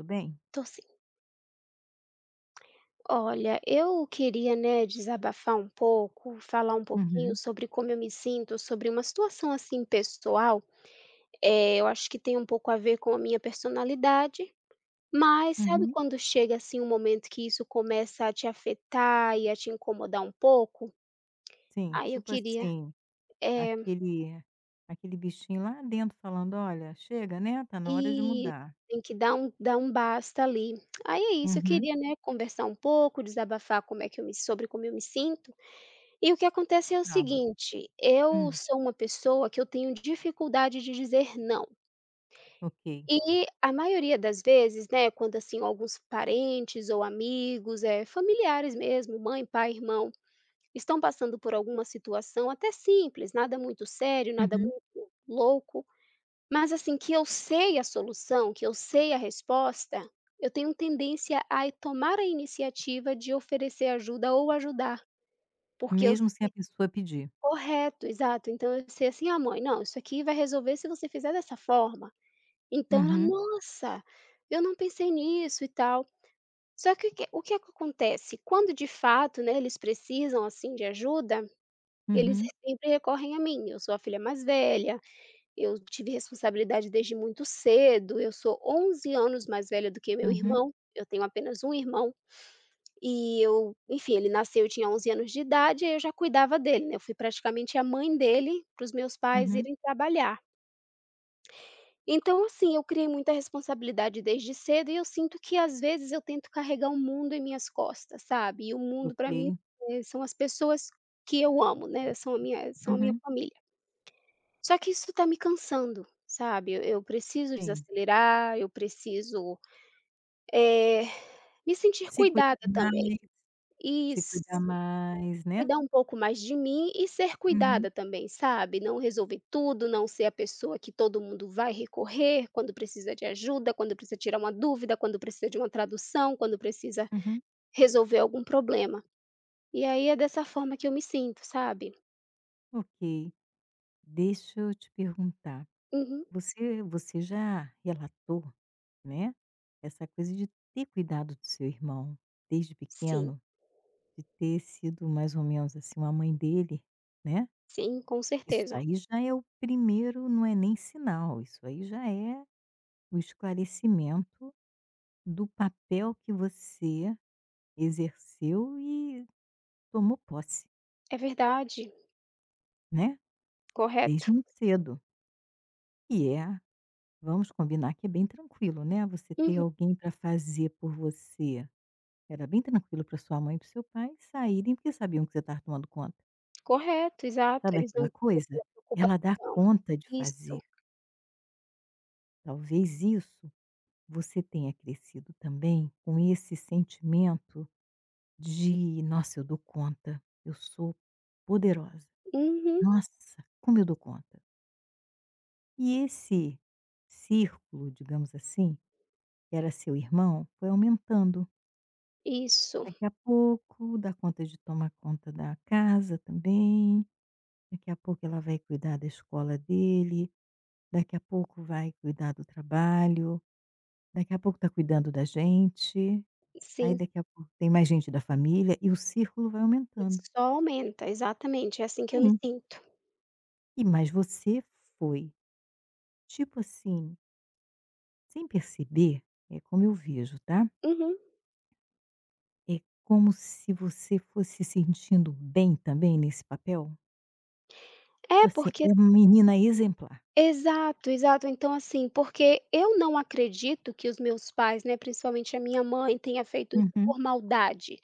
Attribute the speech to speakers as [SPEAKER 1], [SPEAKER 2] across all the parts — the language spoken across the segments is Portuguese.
[SPEAKER 1] Tudo bem?
[SPEAKER 2] Tô sim. Olha, eu queria, né, desabafar um pouco, falar um pouquinho
[SPEAKER 1] Uhum,
[SPEAKER 2] sobre como eu me sinto, sobre uma situação assim pessoal. Eu acho que tem um pouco a ver com a minha personalidade, mas sabe
[SPEAKER 1] uhum.
[SPEAKER 2] quando chega assim um momento que isso começa a te afetar e a te incomodar um pouco?
[SPEAKER 1] Sim,
[SPEAKER 2] Aí eu
[SPEAKER 1] tipo
[SPEAKER 2] queria,
[SPEAKER 1] assim,
[SPEAKER 2] é,
[SPEAKER 1] aquele aquele bichinho lá dentro falando: "Olha, chega, né, tá na hora de
[SPEAKER 2] e
[SPEAKER 1] mudar".
[SPEAKER 2] tem que dar um basta ali. Aí é isso, eu
[SPEAKER 1] Uhum.
[SPEAKER 2] queria, né, conversar um pouco, desabafar como é que eu me, sobre como eu me sinto. E o que acontece é o
[SPEAKER 1] Fala:
[SPEAKER 2] seguinte, eu
[SPEAKER 1] "Hum,
[SPEAKER 2] sou uma pessoa que eu tenho dificuldade de dizer não.
[SPEAKER 1] ok".
[SPEAKER 2] E a maioria das vezes, né, quando assim alguns parentes ou amigos, é familiares mesmo, mãe, pai, irmão, estão passando por alguma situação até simples, nada muito sério, nada
[SPEAKER 1] Uhum.
[SPEAKER 2] muito louco, mas assim que eu sei a solução, que eu sei a resposta, eu tenho tendência a tomar a iniciativa de oferecer ajuda ou ajudar, porque eu
[SPEAKER 1] Mesmo sem a pessoa pedir.
[SPEAKER 2] Correto, exato. Então eu sei assim: "Ah, mãe, não, isso aqui vai resolver se você fizer dessa forma". Então ela:
[SPEAKER 1] Uhum,
[SPEAKER 2] "Nossa, eu não pensei nisso e tal". Só que o que é que acontece? Quando de fato, né, eles precisam, assim, de ajuda, eles
[SPEAKER 1] uhum,
[SPEAKER 2] sempre recorrem a mim. Eu sou a filha mais velha, eu tive responsabilidade desde muito cedo, eu sou 11 anos mais velha do que meu
[SPEAKER 1] uhum,
[SPEAKER 2] irmão, eu tenho apenas um irmão. E eu enfim, ele nasceu, eu tinha 11 anos de idade, aí eu já cuidava dele, né, eu fui praticamente a mãe dele, para os meus pais
[SPEAKER 1] uhum.
[SPEAKER 2] irem trabalhar. Então assim, eu criei muita responsabilidade desde cedo e eu sinto que às vezes eu tento carregar o mundo em minhas costas, sabe, e o mundo para mim,
[SPEAKER 1] Ok.
[SPEAKER 2] são as pessoas que eu amo, né, são a minha
[SPEAKER 1] Uhum.
[SPEAKER 2] família. Só que isso tá me cansando, sabe, eu preciso
[SPEAKER 1] Sim.
[SPEAKER 2] desacelerar, eu preciso, eh, me sentir
[SPEAKER 1] Se cuidar
[SPEAKER 2] cuidada também.
[SPEAKER 1] mais, se
[SPEAKER 2] Isso.
[SPEAKER 1] cuidar mais, né.
[SPEAKER 2] Cuidar um pouco mais de mim e ser
[SPEAKER 1] Uhum,
[SPEAKER 2] cuidada também, sabe? Não resolver tudo, não ser a pessoa que todo mundo vai recorrer quando precisa de ajuda, quando precisa tirar uma dúvida, quando precisa de uma tradução, quando precisa
[SPEAKER 1] uhum.
[SPEAKER 2] resolver algum problema. E aí é dessa forma que eu me sinto, sabe?
[SPEAKER 1] Ok. Deixa eu te perguntar,
[SPEAKER 2] Uhum.
[SPEAKER 1] você já relatou, né, essa coisa de ter cuidado do seu irmão desde
[SPEAKER 2] Sim,
[SPEAKER 1] pequeno, de ter sido mais ou menos, assim, uma mãe dele, né,
[SPEAKER 2] sim, com
[SPEAKER 1] isso
[SPEAKER 2] certeza.
[SPEAKER 1] aí já é o primeiro, não é nem sinal, isso aí já é o esclarecimento do papel que você exerceu e tomou posse,
[SPEAKER 2] É verdade,
[SPEAKER 1] né,
[SPEAKER 2] correto.
[SPEAKER 1] desde muito cedo. E é, vamos combinar que é bem tranquilo, né, você ter
[SPEAKER 2] Uhum.
[SPEAKER 1] alguém para fazer por você. Era bem tranquilo para sua mãe e para seu pai saírem, porque sabiam que você estava tomando conta.
[SPEAKER 2] Correto, exato.
[SPEAKER 1] Sabe
[SPEAKER 2] Eles não
[SPEAKER 1] aquela
[SPEAKER 2] têm
[SPEAKER 1] coisa? Ela dá
[SPEAKER 2] preocupação.
[SPEAKER 1] conta de
[SPEAKER 2] Isso,
[SPEAKER 1] fazer. Talvez isso você tenha crescido também com esse sentimento de: "Nossa, eu dou conta. Eu sou poderosa.
[SPEAKER 2] uhum,
[SPEAKER 1] Nossa, como eu dou conta". E esse círculo, digamos assim, que era seu irmão, foi aumentando.
[SPEAKER 2] isso,
[SPEAKER 1] Daqui a pouco dá conta de tomar conta da casa também. Daqui a pouco ela vai cuidar da escola dele, daqui a pouco vai cuidar do trabalho, daqui a pouco está cuidando da gente, aí
[SPEAKER 2] sim.
[SPEAKER 1] daqui a pouco tem mais gente da família e o círculo vai aumentando.
[SPEAKER 2] Só aumenta, exatamente, é assim que eu me
[SPEAKER 1] Sim.
[SPEAKER 2] sinto.
[SPEAKER 1] E mas você foi, tipo assim, sem perceber, é como eu vejo, tá,
[SPEAKER 2] Uhum.
[SPEAKER 1] é como se você fosse se sentindo bem também nesse papel. Tipo
[SPEAKER 2] É
[SPEAKER 1] assim,
[SPEAKER 2] porque
[SPEAKER 1] é uma menina exemplar.
[SPEAKER 2] Exato, exato. Então, assim, porque eu não acredito que os meus pais, né, principalmente a minha mãe, tenha feito isso
[SPEAKER 1] Uhum.
[SPEAKER 2] por maldade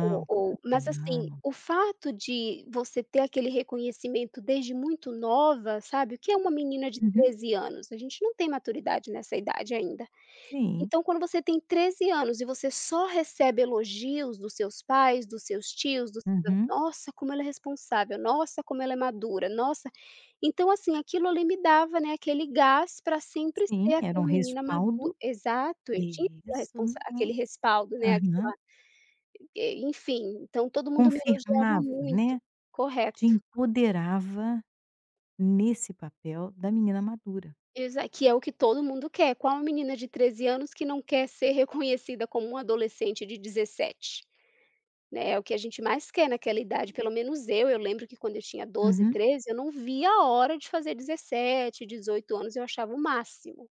[SPEAKER 2] ou
[SPEAKER 1] claro
[SPEAKER 2] ou
[SPEAKER 1] que
[SPEAKER 2] mas, assim,
[SPEAKER 1] não.
[SPEAKER 2] o fato de você ter aquele reconhecimento desde muito nova, sabe, o que é uma menina de
[SPEAKER 1] Uhum,
[SPEAKER 2] 13 anos? A gente não tem maturidade nessa idade ainda.
[SPEAKER 1] sim.
[SPEAKER 2] Então, quando você tem 13 anos e você só recebe elogios dos seus pais, dos seus tios, dos seus
[SPEAKER 1] Uhum.
[SPEAKER 2] "Nossa, como ela é responsável. Nossa, como ela é madura. Nossa". Então, assim, aquilo ali me dava, né, aquele gás para sempre
[SPEAKER 1] Sim,
[SPEAKER 2] ser
[SPEAKER 1] era um
[SPEAKER 2] aquela menina madu
[SPEAKER 1] respaldo,
[SPEAKER 2] exato, eu tinha aquela
[SPEAKER 1] isso,
[SPEAKER 2] responsa aquele
[SPEAKER 1] nossa.
[SPEAKER 2] respaldo, né,
[SPEAKER 1] Aham.
[SPEAKER 2] enfim, então todo mundo me elogiava
[SPEAKER 1] Confirmava,
[SPEAKER 2] muito.
[SPEAKER 1] né, te
[SPEAKER 2] Correto.
[SPEAKER 1] empoderava nesse papel da menina madura.
[SPEAKER 2] Exa que é o que todo mundo quer. Qual menina de 13 anos que não quer ser reconhecida como uma adolescente de 17? Né, é o que a gente mais quer naquela idade, pelo menos eu lembro que quando eu tinha doze
[SPEAKER 1] Uhum.
[SPEAKER 2] 13 eu não via a hora de fazer dezessete dezoito anos, eu achava o máximo,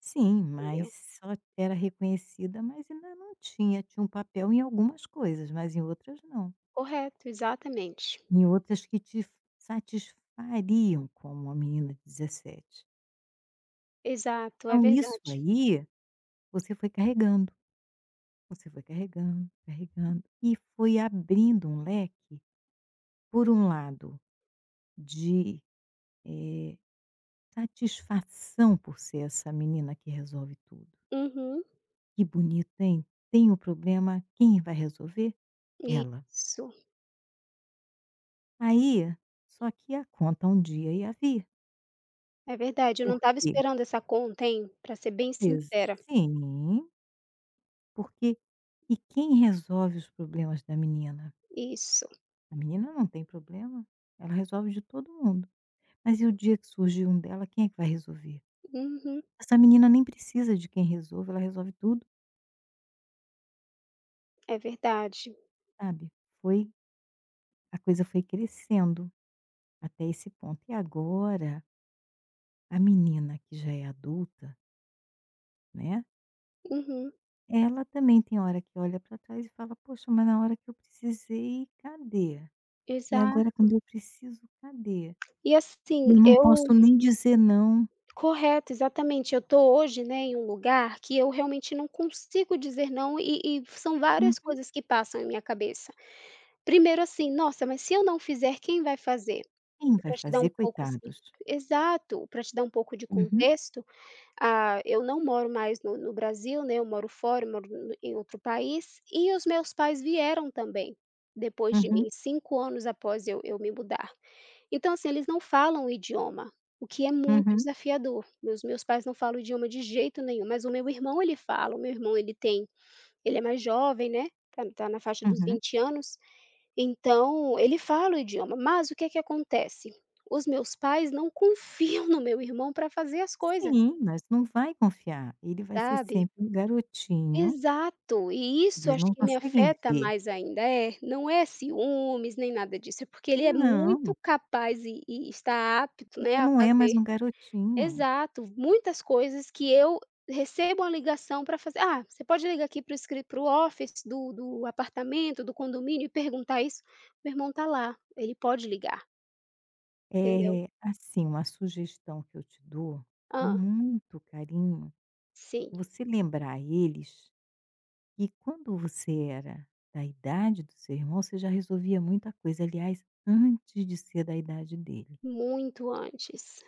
[SPEAKER 1] Sim,
[SPEAKER 2] entendeu.
[SPEAKER 1] mas só era reconhecida, mas ainda não tinha, tinha um papel em algumas coisas, mas em outras não.
[SPEAKER 2] Correto, exatamente.
[SPEAKER 1] Em outras que te satisfariam como uma menina de 17.
[SPEAKER 2] Exato, é
[SPEAKER 1] Então isso
[SPEAKER 2] verdade.
[SPEAKER 1] aí, você foi carregando, você foi carregando, carregando e foi abrindo um leque, por um lado, de, eh, satisfação por ser essa menina que resolve tudo.
[SPEAKER 2] Uhum,
[SPEAKER 1] "Que bonito, hein? Tem o problema, quem vai resolver? Ela".
[SPEAKER 2] isso,
[SPEAKER 1] Aí, só que a conta um dia ia vir,
[SPEAKER 2] é verdade, eu não estava
[SPEAKER 1] porque
[SPEAKER 2] esperando essa conta, hein, pra ser bem
[SPEAKER 1] ex
[SPEAKER 2] sincera.
[SPEAKER 1] sim, porque e quem resolve os problemas da menina?
[SPEAKER 2] Isso,
[SPEAKER 1] A menina não tem problema, ela resolve de todo mundo. Mas e o dia que surgir um dela, quem é que vai resolver?
[SPEAKER 2] uhum,
[SPEAKER 1] Essa menina nem precisa de quem resolve, ela resolve tudo,
[SPEAKER 2] é verdade.
[SPEAKER 1] sabe. Foi A coisa foi crescendo até esse ponto. E agora, a menina que já é adulta, né,
[SPEAKER 2] Uhum,
[SPEAKER 1] ela também tem hora que olha para trás e fala: "Poxa, mas na hora que eu precisei, cadê? E
[SPEAKER 2] exato.
[SPEAKER 1] agora quando eu preciso, cadê?
[SPEAKER 2] E assim,
[SPEAKER 1] Eu não posso
[SPEAKER 2] eu
[SPEAKER 1] nem dizer não".
[SPEAKER 2] Correto, exatamente. Eu tô hoje, né, em um lugar que eu realmente não consigo dizer não e são
[SPEAKER 1] Hum,
[SPEAKER 2] várias coisas que passam em minha cabeça. Primeiro assim: "Nossa, mas se eu não fizer, quem vai fazer?"
[SPEAKER 1] Quem vai
[SPEAKER 2] Para te dar um
[SPEAKER 1] fazer,
[SPEAKER 2] pouco assim
[SPEAKER 1] coitados?
[SPEAKER 2] Exato, para te dar um pouco de
[SPEAKER 1] Uhum,
[SPEAKER 2] contexto, eu não moro mais no Brasil, né, eu moro fora, eu moro no em outro país, e os meus pais vieram também, depois de
[SPEAKER 1] uhum,
[SPEAKER 2] mim, 5 anos após eu me mudar. Então, assim, eles não falam o idioma, o que é muito
[SPEAKER 1] uhum,
[SPEAKER 2] desafiador. Meus pais não falam o idioma de jeito nenhum, mas o meu irmão ele fala, o meu irmão ele é mais jovem, né, tá na faixa dos
[SPEAKER 1] uhum.
[SPEAKER 2] 20 anos, então ele fala o idioma, mas o que é que acontece? Os meus pais não confiam no meu irmão para fazer as coisas,
[SPEAKER 1] Sim, mas não vai confiar. Ele vai ser
[SPEAKER 2] sabe?
[SPEAKER 1] sempre um garotinho,
[SPEAKER 2] Exato, e isso
[SPEAKER 1] eles
[SPEAKER 2] acho
[SPEAKER 1] não
[SPEAKER 2] que me
[SPEAKER 1] conseguem
[SPEAKER 2] afeta
[SPEAKER 1] ver.
[SPEAKER 2] mais ainda. É, não é ciúmes nem nada disso, é porque ele é muito
[SPEAKER 1] Não,
[SPEAKER 2] capaz e está apto, né,
[SPEAKER 1] porque
[SPEAKER 2] a
[SPEAKER 1] não é mais
[SPEAKER 2] fazer
[SPEAKER 1] um garotinho.
[SPEAKER 2] exato. Muitas coisas que eu recebo uma ligação para fazer: "Ah, você pode ligar aqui para o escri office do apartamento, do condomínio e perguntar isso?". Meu irmão está lá, ele pode ligar, entendeu.
[SPEAKER 1] É assim, uma sugestão que eu te dou, com
[SPEAKER 2] Ah,
[SPEAKER 1] muito carinho,
[SPEAKER 2] sim,
[SPEAKER 1] você lembrar a eles que quando você era da idade do seu irmão, você já resolvia muita coisa. Aliás, antes de ser da idade dele,
[SPEAKER 2] muito antes.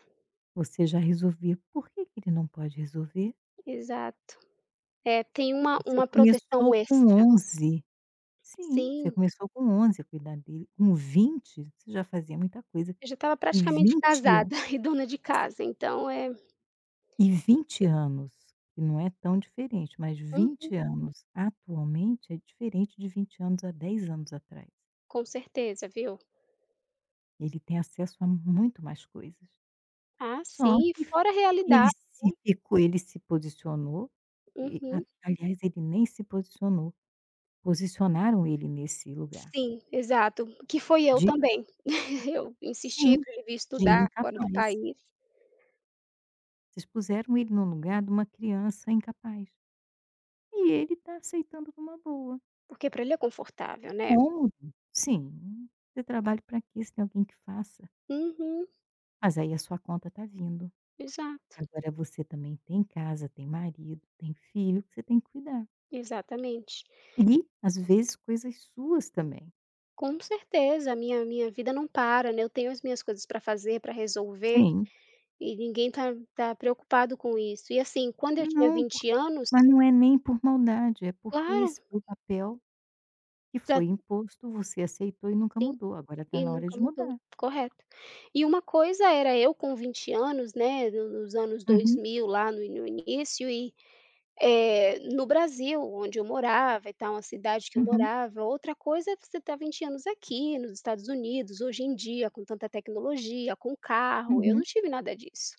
[SPEAKER 1] você já resolvia. Por que que ele não pode resolver?
[SPEAKER 2] Exato. É, tem uma
[SPEAKER 1] Você
[SPEAKER 2] uma
[SPEAKER 1] começou
[SPEAKER 2] proteção
[SPEAKER 1] com
[SPEAKER 2] extra.
[SPEAKER 1] 11. Sim, você
[SPEAKER 2] Sim,
[SPEAKER 1] começou com 11 a cuidar dele. Com 20, você já fazia muita coisa.
[SPEAKER 2] eu já estava
[SPEAKER 1] E
[SPEAKER 2] praticamente
[SPEAKER 1] 20
[SPEAKER 2] casada
[SPEAKER 1] anos
[SPEAKER 2] e dona de casa,
[SPEAKER 1] E 20 anos, que não é tão diferente, mas
[SPEAKER 2] hum,
[SPEAKER 1] 20 anos atualmente é diferente de 20 anos há 10 anos atrás.
[SPEAKER 2] com certeza, viu.
[SPEAKER 1] Ele tem acesso a muito mais coisas.
[SPEAKER 2] Ah,
[SPEAKER 1] Só
[SPEAKER 2] sim,
[SPEAKER 1] que
[SPEAKER 2] fora a
[SPEAKER 1] ele
[SPEAKER 2] realidade.
[SPEAKER 1] se ficou ele se posicionou, e a
[SPEAKER 2] Uhum.
[SPEAKER 1] aliás, ele nem se posicionou, posicionaram ele nesse lugar
[SPEAKER 2] Sim, exato, que foi eu
[SPEAKER 1] de,
[SPEAKER 2] também. Eu insisti
[SPEAKER 1] sim,
[SPEAKER 2] para ele vir
[SPEAKER 1] de
[SPEAKER 2] estudar fora do
[SPEAKER 1] incapaz.
[SPEAKER 2] país,
[SPEAKER 1] Vocês puseram ele no lugar de uma criança incapaz. E ele está aceitando numa boa.
[SPEAKER 2] porque para ele é
[SPEAKER 1] É
[SPEAKER 2] confortável, né.
[SPEAKER 1] cômodo. Sim. Você trabalha para quê se tem alguém que faça?
[SPEAKER 2] Uhum,
[SPEAKER 1] Mas aí a sua conta tá vindo.
[SPEAKER 2] exato,
[SPEAKER 1] Agora você também tem casa, tem marido, tem filho que você tem que cuidar.
[SPEAKER 2] exatamente.
[SPEAKER 1] E, às vezes, coisas suas também.
[SPEAKER 2] Com certeza, a minha vida não para, né, eu tenho as minhas coisas para fazer, para resolver,
[SPEAKER 1] Sim.
[SPEAKER 2] e ninguém tá preocupado com isso. E assim, quando eu tinha
[SPEAKER 1] Não, por
[SPEAKER 2] 20 anos
[SPEAKER 1] Mas não é nem por maldade, é porque
[SPEAKER 2] Claro,
[SPEAKER 1] esse foi o papel que
[SPEAKER 2] já
[SPEAKER 1] foi imposto, você aceitou e nunca
[SPEAKER 2] sim,
[SPEAKER 1] mudou, agora está
[SPEAKER 2] e
[SPEAKER 1] na hora
[SPEAKER 2] nunca
[SPEAKER 1] de
[SPEAKER 2] mudou,
[SPEAKER 1] mudar.
[SPEAKER 2] correto. E uma coisa era eu com 20 anos, né, no nos anos dois
[SPEAKER 1] Uhum,
[SPEAKER 2] mil lá no início. No Brasil, onde eu morava e tal, a cidade que eu
[SPEAKER 1] uhum,
[SPEAKER 2] morava, outra coisa é você estar 20 anos aqui, nos Estados Unidos, hoje em dia, com tanta tecnologia, com carro, eu não
[SPEAKER 1] uhum.
[SPEAKER 2] tive nada disso.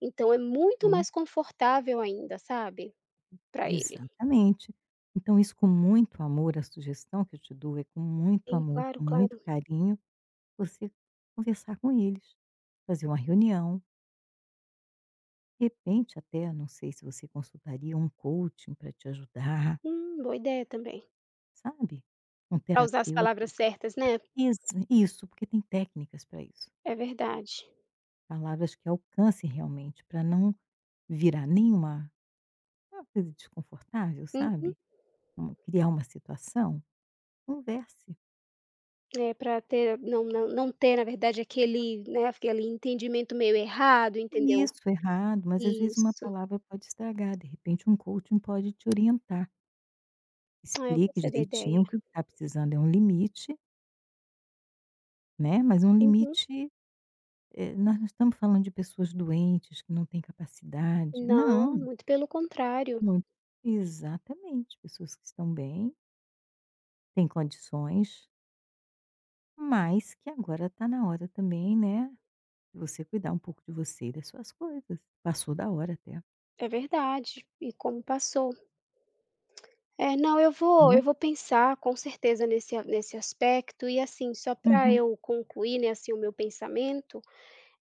[SPEAKER 2] Então é muito
[SPEAKER 1] Sim.
[SPEAKER 2] mais confortável ainda, sabe, para ele.
[SPEAKER 1] Exatamente. Então isso com muito amor, a sugestão que eu te dou é com muito
[SPEAKER 2] Sim,
[SPEAKER 1] amor,
[SPEAKER 2] claro,
[SPEAKER 1] com muito
[SPEAKER 2] claro.
[SPEAKER 1] carinho, você conversar com eles, fazer uma reunião, de repente até, não sei se você consultaria um coaching para te ajudar,
[SPEAKER 2] Boa ideia também.
[SPEAKER 1] sabe, um
[SPEAKER 2] Para usar as
[SPEAKER 1] terapeuta.
[SPEAKER 2] palavras certas, né.
[SPEAKER 1] Exa Isso, porque tem técnicas para isso,
[SPEAKER 2] É verdade.
[SPEAKER 1] palavras que alcancem realmente, para não virar nenhuma, uma coisa desconfortável,
[SPEAKER 2] Uhum.
[SPEAKER 1] sabe, um criar uma situação, converse.
[SPEAKER 2] É, para ter não não não ter, na verdade, aquele, né, aquele entendimento meio errado, entendeu.
[SPEAKER 1] Isso, errado, mas às vezes uma
[SPEAKER 2] Isso.
[SPEAKER 1] palavra pode estragar, de repente um coaching pode te orientar.
[SPEAKER 2] Ah, eu
[SPEAKER 1] Explique
[SPEAKER 2] gostei da ideia.
[SPEAKER 1] direitinho que o que está precisando é um limite, né, mas um
[SPEAKER 2] Uhum.
[SPEAKER 1] limite, nós não estamos falando de pessoas doentes, que não têm capacidade,
[SPEAKER 2] Não,
[SPEAKER 1] não,
[SPEAKER 2] muito pelo contrário,
[SPEAKER 1] muito exatamente, pessoas que estão bem, têm condições, mas que agora está na hora também, né, de você cuidar um pouco de você e das suas coisas. Passou da hora até,
[SPEAKER 2] é verdade. E como passou. É, não, eu vou
[SPEAKER 1] né.
[SPEAKER 2] eu vou pensar com certeza nesse aspecto e, assim, só para
[SPEAKER 1] Uhum,
[SPEAKER 2] eu concluir, né, assim, o meu pensamento,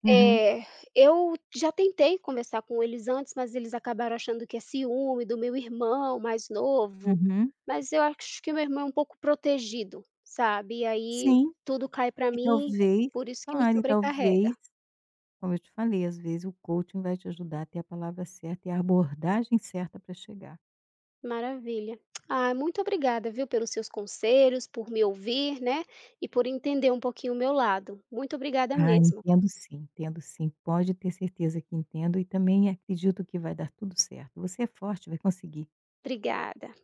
[SPEAKER 1] uhum,
[SPEAKER 2] é, eu já tentei conversar com eles antes, mas eles acabaram achando que é ciúme do meu irmão mais novo,
[SPEAKER 1] uhum.
[SPEAKER 2] mas eu acho que meu irmão é um pouco protegido, sabe, e aí
[SPEAKER 1] Sim.
[SPEAKER 2] tudo cai para
[SPEAKER 1] E
[SPEAKER 2] mim,
[SPEAKER 1] talvez
[SPEAKER 2] por isso que me
[SPEAKER 1] Claro, e
[SPEAKER 2] sobrecarrega.
[SPEAKER 1] talvez, como eu te falei, às vezes o coaching vai te ajudar a ter a palavra certa e a abordagem certa para chegar.
[SPEAKER 2] Maravilha. Ah, muito obrigada, viu, pelos seus conselhos, por me ouvir, né, e por entender um pouquinho o meu lado. Muito obrigada
[SPEAKER 1] Ah,
[SPEAKER 2] mesmo.
[SPEAKER 1] entendo sim, entendo sim. Pode ter certeza que entendo e também acredito que vai dar tudo certo. Você é forte, vai conseguir.
[SPEAKER 2] Obrigada.